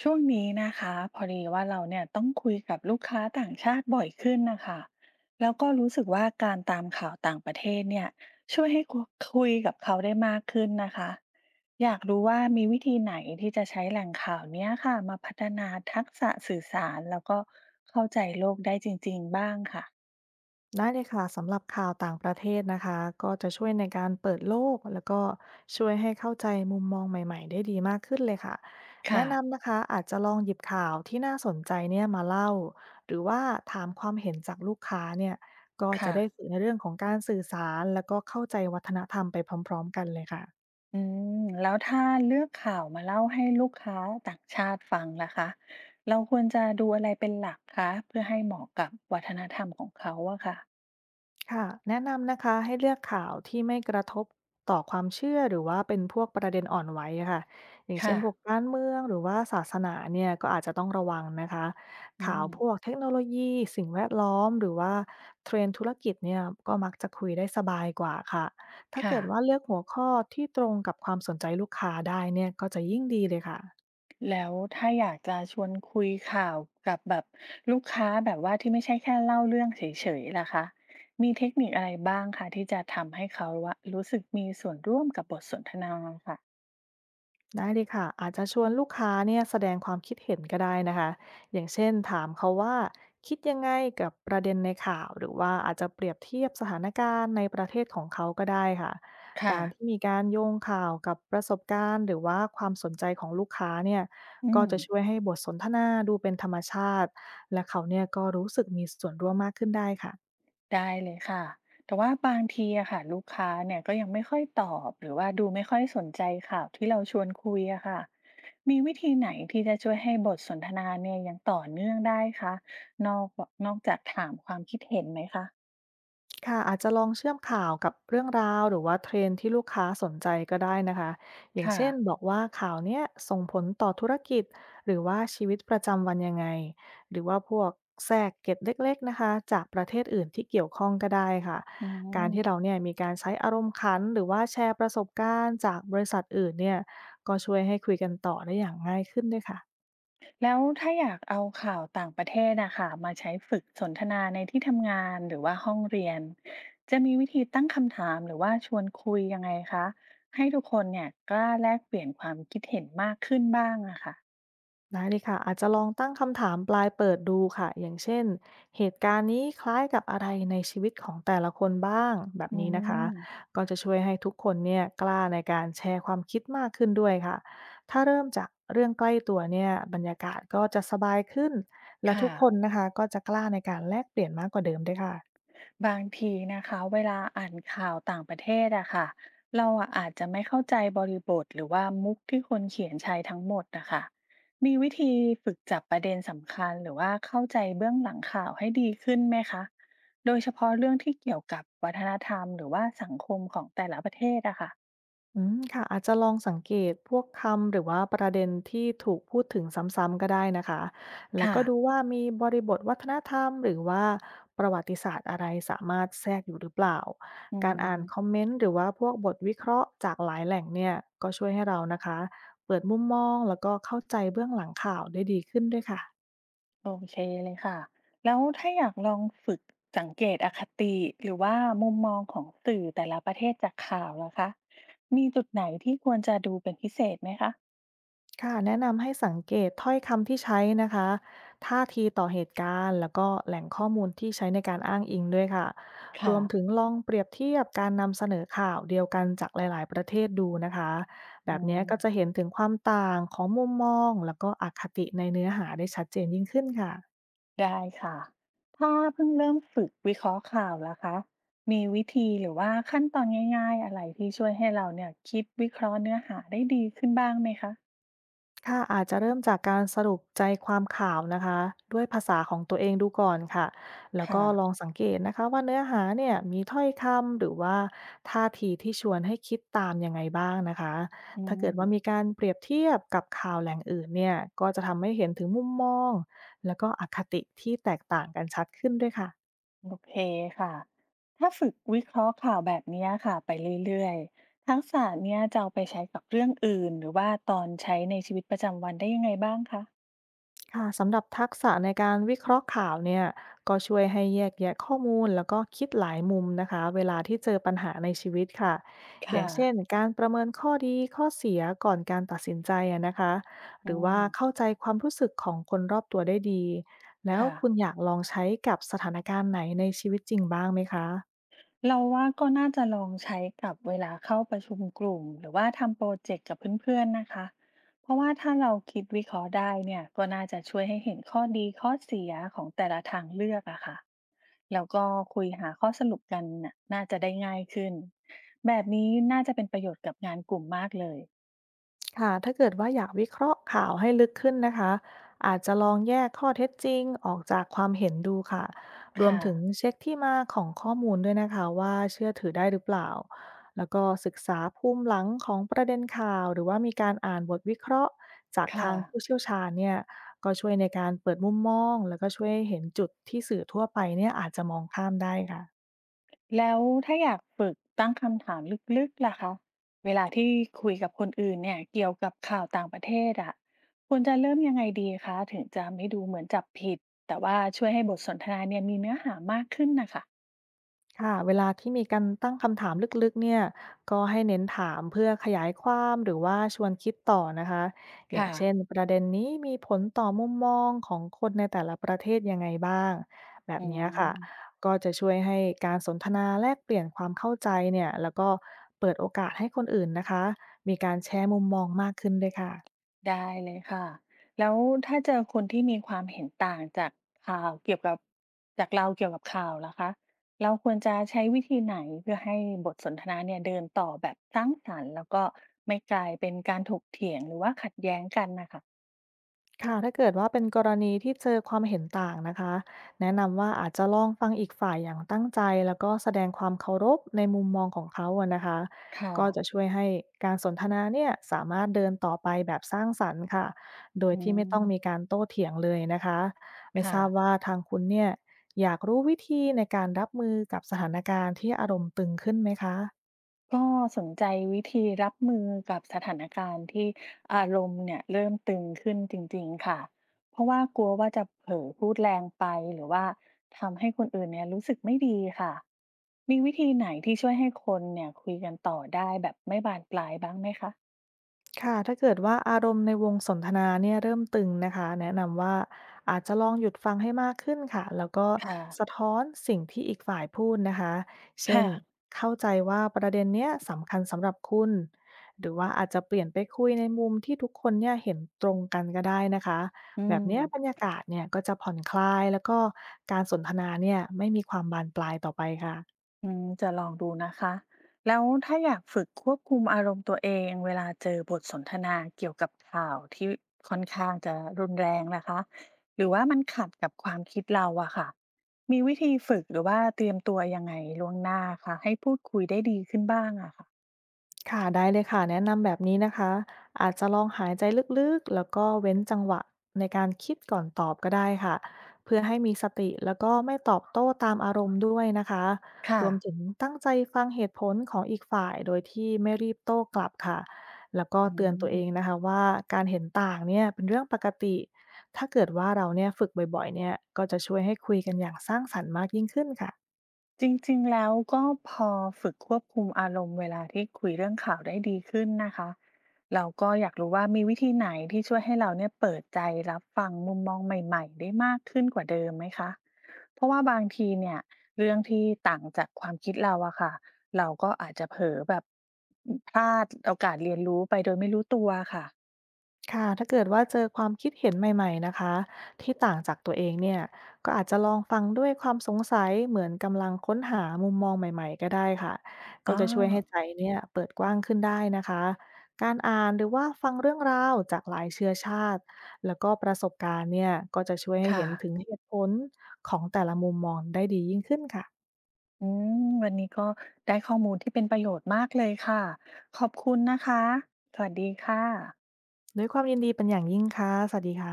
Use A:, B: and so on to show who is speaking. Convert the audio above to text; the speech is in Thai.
A: ช่วงนี้นะคะพอดีว่าเราเนี่ยต้องคุยกับลูกค้าต่างชาติบ่อยขึ้นนะคะแล้วก็รู้สึกว่าการตามข่าวต่างประเทศเนี่ยช่วยให้คุยกับเขาได้มากขึ้นนะคะอยากรู้ว่ามีวิธีไหนที่จะใช้แหล่งข่าวเนี้ยค่ะมาพัฒนาทักษะสื่อสารแล้วก็เข้าใจโลกได้จริงๆบ้างค่ะ
B: ได้เลยค่ะสำหรับข่าวต่างประเทศนะคะก็จะช่วยในการเปิดโลกแล้วก็ช่วยให้เข้าใจมุมมองใหม่ๆได้ดีมากขึ้นเลยค่ะ
A: ค่ะ
B: แนะนำนะคะอาจจะลองหยิบข่าวที่น่าสนใจเนี่ยมาเล่าหรือว่าถามความเห็นจากลูกค้าเนี่ยก็จะ
A: ค่ะ
B: ได้ฝึกในเรื่องของการสื่อสารแล้วก็เข้าใจวัฒนธรรมไปพร้อมๆกันเลยค่ะ
A: อืมแล้วถ้าเลือกข่าวมาเล่าให้ลูกค้าต่างชาติฟังล่ะคะเราควรจะดูอะไรเป็นหลักคะเพื่อให้เหมาะกับวัฒนธรรมของเขาอะค่ะ
B: ค่ะแนะนำนะคะให้เลือกข่าวที่ไม่กระทบต่อความเชื่อหรือว่าเป็นพวกประเด็นอ่อนไหวอะค่ะอย่างเช่
A: ค่ะ
B: นพวกการเมืองหรือว่าศาสนาเนี่ยก็อาจจะต้องระวังนะคะ
A: อื
B: ข่าว
A: ม
B: พวกเทคโนโลยีสิ่งแวดล้อมหรือว่าเทรนด์ธุรกิจเนี่ยก็มักจะคุยได้สบายกว่าค่ะถ้า
A: ค่ะ
B: เกิดว่าเลือกหัวข้อที่ตรงกับความสนใจลูกค้าได้เนี่ยก็จะยิ่งดีเลยค่ะ
A: แล้วถ้าอยากจะชวนคุยข่าวกับแบบลูกค้าแบบว่าที่ไม่ใช่แค่เล่าเรื่องเฉยๆล่ะคะมีเทคนิคอะไรบ้างคะที่จะทำให้เขาว่ารู้สึกมีส่วนร่วมกับบทสนทนาค่ะ
B: ได้เลยค่ะอาจจะชวนลูกค้าเนี่ยแสดงความคิดเห็นก็ได้นะคะอย่างเช่นถามเขาว่าคิดยังไงกับประเด็นในข่าวหรือว่าอาจจะเปรียบเทียบสถานการณ์ในประเทศของเขาก็ได้ค่ะ
A: ค่ะ
B: การที่มีการโยงข่าวกับประสบการณ์หรือว่าความสนใจของลูกค้าเนี่ย
A: อื
B: ก็
A: ม
B: จะช่วยให้บทสนทนาดูเป็นธรรมชาติและเขาเนี่ยก็รู้สึกมีส่วนร่วมมากขึ้นได้ค่ะ
A: ได้เลยค่ะ แต่ว่าบางทีอะค่ะลูกค้าเนี่ยก็ยังไม่ค่อยตอบหรือว่าดูไม่ค่อยสนใจข่าวที่เราชวนคุยอะค่ะ มีวิธีไหนที่จะช่วยให้บทสนทนาเนี่ยยังต่อเนื่องได้คะนอกนอกจากถามความคิดเห็นไหมคะ
B: ค่ะอาจจะลองเชื่อมข่าวกับเรื่องราวหรือว่าเทรนด์ที่ลูกค้าสนใจก็ได้นะคะอย่าง
A: ค่ะ
B: เช่นบอกว่าข่าวเนี้ยส่งผลต่อธุรกิจหรือว่าชีวิตประจำวันยังไงหรือว่าพวกแทรกเกร็ดเล็กๆนะคะจากประเทศอื่นที่เกี่ยวข้องก็ได้ค่ะ
A: อื
B: กา
A: ม
B: รที่เราเนี่ยมีการใช้อารมณ์ขันหรือว่าแชร์ประสบการณ์จากบริษัทอื่นเนี่ยก็ช่วยให้คุยกันต่อได้อย่างง่ายขึ้นด้วยค่ะ
A: แล้วถ้าอยากเอาข่าวต่างประเทศนะคะมาใช้ฝึกสนทนาในที่ทำงานหรือว่าห้องเรียนจะมีวิธีตั้งคำถามหรือว่าชวนคุยยังไงคะให้ทุกคนเนี่ยกล้าแลกเปลี่ยนความคิดเห็นมากขึ้นบ้างอะค่ะ
B: ได้เลยค่ะอาจจะลองตั้งคำถามปลายเปิดดูค่ะอย่างเช่นเหตุการณ์นี้คล้ายกับอะไรในชีวิตของแต่ละคนบ้างแบบ
A: อื
B: นี้นะคะ
A: ม
B: ก็จะช่วยให้ทุกคนเนี่ยกล้าในการแชร์ความคิดมากขึ้นด้วยค่ะถ้าเริ่มจากเรื่องใกล้ตัวเนี่ยบรรยากาศก็จะสบายขึ้นและทุ
A: ค่ะ
B: กคนนะคะก็จะกล้าในการแลกเปลี่ยนมากกว่าเดิมด้วยค่ะ
A: บางทีนะคะเวลาอ่านข่าวต่างประเทศอะค่ะเราอะอาจจะไม่เข้าใจบริบทหรือว่ามุกที่คนเขียนใช้ทั้งหมดนะคะมีวิธีฝึกจับประเด็นสำคัญหรือว่าเข้าใจเบื้องหลังข่าวให้ดีขึ้นไหมคะโดยเฉพาะเรื่องที่เกี่ยวกับวัฒนธรรมหรือว่าสังคมของแต่ละประเทศอะค่ะ
B: ค่ะอาจจะลองสังเกตพวกคำหรือว่าประเด็นที่ถูกพูดถึงซ้ำๆก็ได้นะคะแล้ว
A: ค่ะ
B: ก็ดูว่ามีบริบทวัฒนธรรมหรือว่าประวัติศาสตร์อะไรสามารถแทรกอยู่หรือเปล่า
A: อื
B: การอ่านคอม
A: ม
B: เมนต์หรือว่าพวกบทวิเคราะห์จากหลายแหล่งเนี่ยก็ช่วยให้เรานะคะเปิดมุมมองแล้วก็เข้าใจเบื้องหลังข่าวได้ดีขึ้นด้วยค่ะ
A: โอเคเลยค่ะ แล้วถ้าอยากลองฝึกสังเกตอคติหรือว่ามุมมองของสื่อแต่ละประเทศจากข่าวล่ะคะ มีจุดไหนที่ควรจะดูเป็นพิเศษไหมคะ
B: ค่ะแนะนำให้สังเกตถ้อยคำที่ใช้นะคะท่าทีต่อเหตุการณ์แล้วก็แหล่งข้อมูลที่ใช้ในการอ้างอิงด้วยค่ะร
A: ค่ะ
B: วมถึงลองเปรียบเทียบการนำเสนอข่าวเดียวกันจากหลายๆประเทศดูนะคะแบ
A: อื
B: บนี้ก็จะ
A: ม
B: เห็นถึงความต่างของมุมมองแล้วก็อคติในเนื้อหาได้ชัดเจนยิ่งขึ้นค่ะ
A: ได้ค่ะ ถ้าเพิ่งเริ่มฝึกวิเคราะห์ข่าวล่ะคะ มีวิธีหรือว่าขั้นตอนง่ายๆอะไรที่ช่วยให้เราเนี่ยคิดวิเคราะห์เนื้อหาได้ดีขึ้นบ้างไหมคะ
B: ค่ะอาจจะเริ่มจากการสรุปใจความข่าวนะคะด้วยภาษาของตัวเองดูก่อนค่ะแล้ว
A: ค่ะ
B: ก็ลองสังเกตนะคะว่าเนื้อหาเนี่ยมีถ้อยคำหรือว่าท่าทีที่ชวนให้คิดตามยังไงบ้างนะคะ
A: อื
B: ถ้าเกิด
A: ม
B: ว่ามีการเปรียบเทียบกับข่าวแหล่งอื่นเนี่ยก็จะทำให้เห็นถึงมุมมองแล้วก็อคติที่แตกต่างกันชัดขึ้นด้วยค่ะ
A: โอเคค่ะ ถ้าฝึกวิเคราะห์ข่าวแบบเนี้ยค่ะไปเรื่อยๆทักษะเนี้ยจะเอาไปใช้กับเรื่องอื่นหรือว่าตอนใช้ในชีวิตประจำวันได้ยังไงบ้างคะ
B: ค่ะสำหรับทักษะในการวิเคราะห์ข่าวเนี่ยก็ช่วยให้แยกแยะข้อมูลแล้วก็คิดหลายมุมนะคะเวลาที่เจอปัญหาในชีวิตค่ะอย่า
A: ค่ะ
B: งเช่นการประเมินข้อดีข้อเสียก่อนการตัดสินใจอะนะคะห
A: อื
B: รือว่าเข้า
A: ม
B: ใจความรู้สึกของคนรอบตัวได้ดีแล้ว
A: ค่ะ
B: คุณอยากลองใช้กับสถานการณ์ไหนในชีวิตจริงบ้างไหมคะ
A: เราว่าก็น่าจะลองใช้กับเวลาเข้าประชุมกลุ่มหรือว่าทำโปรเจกต์กับเพื่อนๆนะคะเพราะว่าถ้าเราคิดวิเคราะห์ได้เนี่ยก็น่าจะช่วยให้เห็นข้อดีข้อเสียของแต่ละทางเลือกอะค่ะแล้วก็คุยหาข้อสรุปกันน่ะน่าจะได้ง่ายขึ้นแบบนี้น่าจะเป็นประโยชน์กับงานกลุ่มมากเลย
B: ค่ะถ้าเกิดว่าอยากวิเคราะห์ข่าวให้ลึกขึ้นนะคะอาจจะลองแยกข้อเท็จจริงออกจากความเห็นดูค่ะรวม
A: ค่ะ
B: ถึงเช็คที่มาของข้อมูลด้วยนะคะว่าเชื่อถือได้หรือเปล่าแล้วก็ศึกษาภูมิหลังของประเด็นข่าวหรือว่ามีการอ่านบทวิเคราะห์จาก
A: ค่ะ
B: ทางผู้เชี่ยวชาญเนี่ยก็ช่วยในการเปิดมุมมองแล้วก็ช่วยให้เห็นจุดที่สื่อทั่วไปเนี่ยอาจจะมองข้ามได้ค่ะ
A: แล้วถ้าอยากฝึกตั้งคำถามลึกๆล่ะคะเวลาที่คุยกับคนอื่นเนี่ยเกี่ยวกับข่าวต่างประเทศอะควรจะเริ่มยังไงดีคะถึงจะไม่ดูเหมือนจับผิดแต่ว่าช่วยให้บทสนทนาเนี่ยมีเนื้อหามากขึ้นนะคะ
B: ค่ะเวลาที่มีการตั้งคำถามลึกๆเนี่ยก็ให้เน้นถามเพื่อขยายความหรือว่าชวนคิดต่อนะคะอย่าง
A: ค่ะ
B: เช่นประเด็นนี้มีผลต่อมุมมองของคนในแต่ละประเทศยังไงบ้างแบบ
A: อื
B: เนี้ย
A: ม
B: ค่ะก็จะช่วยให้การสนทนาแลกเปลี่ยนความเข้าใจเนี่ยแล้วก็เปิดโอกาสให้คนอื่นนะคะมีการแชร์มุมมองมากขึ้นด้วยค่ะ
A: ได้เลยค่ะแล้วถ้าเจอคนที่มีความเห็นต่างจากข่าวเกี่ยวกับจากเราเกี่ยวกับข่าวล่ะคะเราควรจะใช้วิธีไหนเพื่อให้บทสนทนาเนี่ยเดินต่อแบบสร้างสรรค์แล้วก็ไม่กลายเป็นการถกเถียงหรือว่าขัดแย้งกันนะค่ะ
B: ค่ะถ้าเกิดว่าเป็นกรณีที่เจอความเห็นต่างนะคะแนะนำว่าอาจจะลองฟังอีกฝ่ายอย่างตั้งใจแล้วก็แสดงความเคารพในมุมมองของเขาอะนะคะ
A: ค่ะ
B: ก็จะช่วยให้การสนทนาเนี่ยสามารถเดินต่อไปแบบสร้างสรรค์ค่ะโดย
A: อื
B: ที่ไม่
A: ม
B: ต้องมีการโต้เถียงเลยนะคะไม่ท
A: ค่ะ
B: ราบว่าทางคุณเนี่ยอยากรู้วิธีในการรับมือกับสถานการณ์ที่อารมณ์ตึงขึ้นไหมคะ
A: ก็สนใจวิธีรับมือกับสถานการณ์ที่อารมณ์เนี่ยเริ่มตึงขึ้นจริงๆค่ะ เพราะว่ากลัวว่าจะเผลอพูดแรงไปหรือว่าทำให้คนอื่นเนี่ยรู้สึกไม่ดีค่ะ มีวิธีไหนที่ช่วยให้คนเนี่ยคุยกันต่อได้แบบไม่บานปลายบ้างไหมคะ
B: ค่ะถ้าเกิดว่าอารมณ์ในวงสนทนาเนี่ยเริ่มตึงนะคะแนะนำว่าอาจจะลองหยุดฟังให้มากขึ้นค่ะแล้วก็
A: ค่ะ
B: สะท้อนสิ่งที่อีกฝ่ายพูดนะคะเช่น
A: ค่ะ
B: เข้าใจว่าประเด็นเนี้ยสำคัญสำหรับคุณหรือว่าอาจจะเปลี่ยนไปคุยในมุมที่ทุกคนเนี่ยเห็นตรงกันก็ได้นะคะ
A: อื
B: แบบ
A: ม
B: เนี้ยบรรยากาศเนี่ยก็จะผ่อนคลายแล้วก็การสนทนาเนี่ยไม่มีความบานปลายต่อไปค่ะ
A: อืมจะลองดูนะคะแล้วถ้าอยากฝึกควบคุมอารมณ์ตัวเองเวลาเจอบทสนทนาเกี่ยวกับข่าวที่ค่อนข้างจะรุนแรงนะคะหรือว่ามันขัดกับความคิดเราอะค่ะมีวิธีฝึกหรือว่าเตรียมตัวยังไงล่วงหน้าคะให้พูดคุยได้ดีขึ้นบ้างอะค่ะ
B: ค่ะได้เลยค่ะแนะนำแบบนี้นะคะอาจจะลองหายใจลึกๆแล้วก็เว้นจังหวะในการคิดก่อนตอบก็ได้ค่ะเพื่อให้มีสติแล้วก็ไม่ตอบโต้ตามอารมณ์ด้วยนะคะร
A: ค่ะ
B: วมถึงตั้งใจฟังเหตุผลของอีกฝ่ายโดยที่ไม่รีบโต้กลับค่ะแล้วก็
A: อื
B: เตือนตัวเอง
A: ม
B: นะคะว่าการเห็นต่างเนี่ยเป็นเรื่องปกติถ้าเกิดว่าเราเนี่ยฝึกบ่อยๆเนี่ยก็จะช่วยให้คุยกันอย่างสร้างสรรค์มากยิ่งขึ้นค่ะ
A: จริงๆแล้วก็พอฝึกควบคุมอารมณ์เวลาที่คุยเรื่องข่าวได้ดีขึ้นนะคะเราก็อยากรู้ว่ามีวิธีไหนที่ช่วยให้เราเนี่ยเปิดใจรับฟังมุมมองใหม่ๆได้มากขึ้นกว่าเดิมไหมคะเพราะว่าบางทีเนี่ยเรื่องที่ต่างจากความคิดเราอะค่ะเราก็อาจจะเผลอแบบพลาดโอกาสเรียนรู้ไปโดยไม่รู้ตัวค่ะ
B: ค่ะถ้าเกิดว่าเจอความคิดเห็นใหม่ๆนะคะที่ต่างจากตัวเองเนี่ยก็อาจจะลองฟังด้วยความสงสัยเหมือนกำลังค้นหามุมมองใหม่ๆก็ได้ค่ะ
A: อ๋
B: ก็
A: อ
B: จะช่วยให้ใจเนี่ยเปิดกว้างขึ้นได้นะคะการอ่านหรือว่าฟังเรื่องราวจากหลายเชื้อชาติแล้วก็ประสบการณ์เนี่ยก็จะช่วยให้
A: ค่ะ
B: เห็นถึงเหตุผลของแต่ละมุมมองได้ดียิ่งขึ้นค่ะ
A: อืมวันนี้ก็ได้ข้อมูลที่เป็นประโยชน์มากเลยค่ะขอบคุณนะคะสวัสดีค่ะ
B: ด้วยความยินดีเป็นอย่างยิ่งค่ะสวัสดีค่ะ